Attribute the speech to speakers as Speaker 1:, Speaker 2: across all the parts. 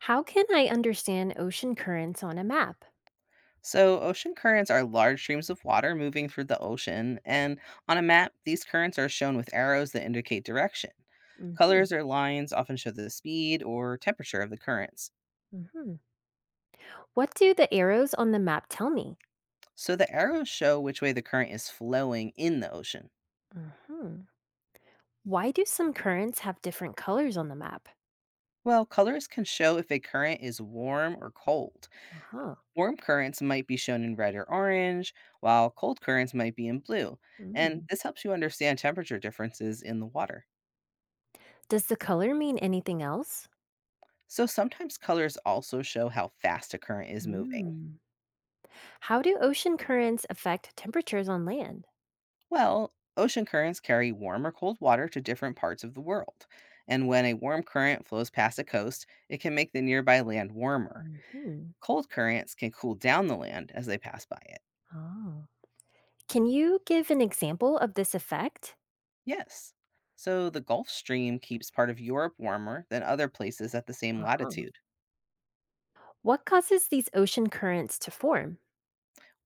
Speaker 1: How can I understand ocean currents on a map?
Speaker 2: So, ocean currents are large streams of water moving through the ocean, and on a map, these currents are shown with arrows that indicate direction.
Speaker 1: Hmm.
Speaker 2: Colors or lines often show the speed or temperature of the currents.
Speaker 1: Hmm. What do the arrows on the map tell me?
Speaker 2: So, the arrows show which way the current is flowing in the ocean.
Speaker 1: Hmm. Why do some currents have different colors on the map?
Speaker 2: Well, colors can show if a current is warm or cold.
Speaker 1: Uh-huh.
Speaker 2: Warm currents might be shown in red or orange, while cold currents might be in blue. And
Speaker 1: Mm.
Speaker 2: this helps you understand temperature differences in the water.
Speaker 1: Does the color mean anything else?
Speaker 2: So sometimes colors also show how fast a current is moving.
Speaker 1: Mm. How do ocean currents affect temperatures on land?
Speaker 2: Well, ocean currents carry warm or cold water to different parts of the world. And when a warm current flows past a coast, it can make the nearby land warmer.
Speaker 1: Hmm.
Speaker 2: Cold currents can cool down the land as they pass by it.
Speaker 1: Oh. Can you give an example of this effect?
Speaker 2: Yes. So the Gulf Stream keeps part of Europe warmer than other places at the same
Speaker 1: Uh-huh.
Speaker 2: latitude.
Speaker 1: What causes these ocean currents to form?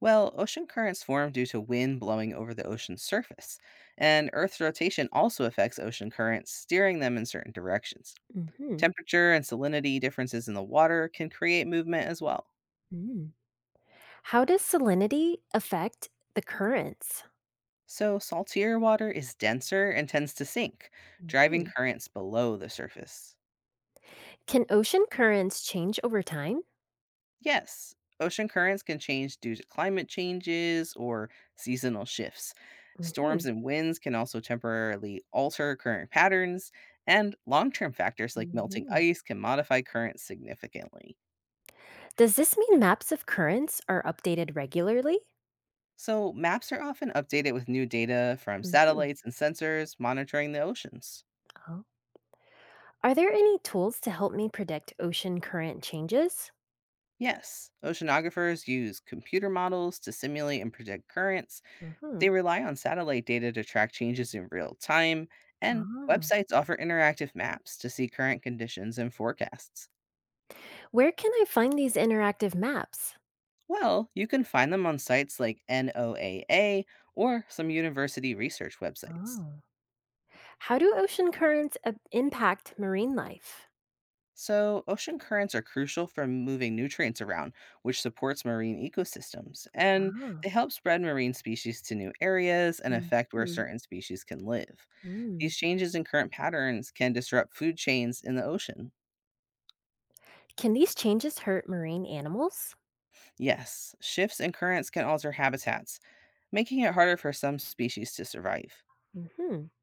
Speaker 2: Well, ocean currents form due to wind blowing over the ocean's surface, and Earth's rotation also affects ocean currents, steering them in certain directions.
Speaker 1: Hmm.
Speaker 2: Temperature and salinity differences in the water can create movement as well.
Speaker 1: How does salinity affect the currents?
Speaker 2: So, saltier water is denser and tends to sink, driving
Speaker 1: Mhm.
Speaker 2: currents below the surface.
Speaker 1: Can ocean currents change over time?
Speaker 2: Yes, ocean currents can change due to climate changes or seasonal shifts. Storms
Speaker 1: Mhm,
Speaker 2: and winds can also temporarily alter current patterns, and long term factors like melting
Speaker 1: mhm.
Speaker 2: ice can modify currents significantly.
Speaker 1: Does this mean maps of currents are updated regularly?
Speaker 2: So, maps are often updated with new data from
Speaker 1: Mhm.
Speaker 2: satellites and sensors monitoring the oceans.
Speaker 1: Oh. Are there any tools to help me predict ocean current changes?
Speaker 2: Yes, oceanographers use computer models to simulate and predict currents. They
Speaker 1: Mhm.
Speaker 2: rely on satellite data to track changes in real time, and
Speaker 1: Ah.
Speaker 2: websites offer interactive maps to see current conditions and forecasts.
Speaker 1: Where can I find these interactive maps?
Speaker 2: Well, you can find them on sites like NOAA or some university research websites.
Speaker 1: Oh. How do ocean currents impact marine life?
Speaker 2: So, ocean currents are crucial for moving nutrients around, which supports marine ecosystems, and
Speaker 1: Ah.
Speaker 2: they help spread marine species to new areas and affect where
Speaker 1: Mhm.
Speaker 2: certain species can live.
Speaker 1: Mm.
Speaker 2: These changes in current patterns can disrupt food chains in the ocean.
Speaker 1: Can these changes hurt marine animals?
Speaker 2: Yes, shifts in currents can alter habitats, making it harder for some species to survive.
Speaker 1: Hmm.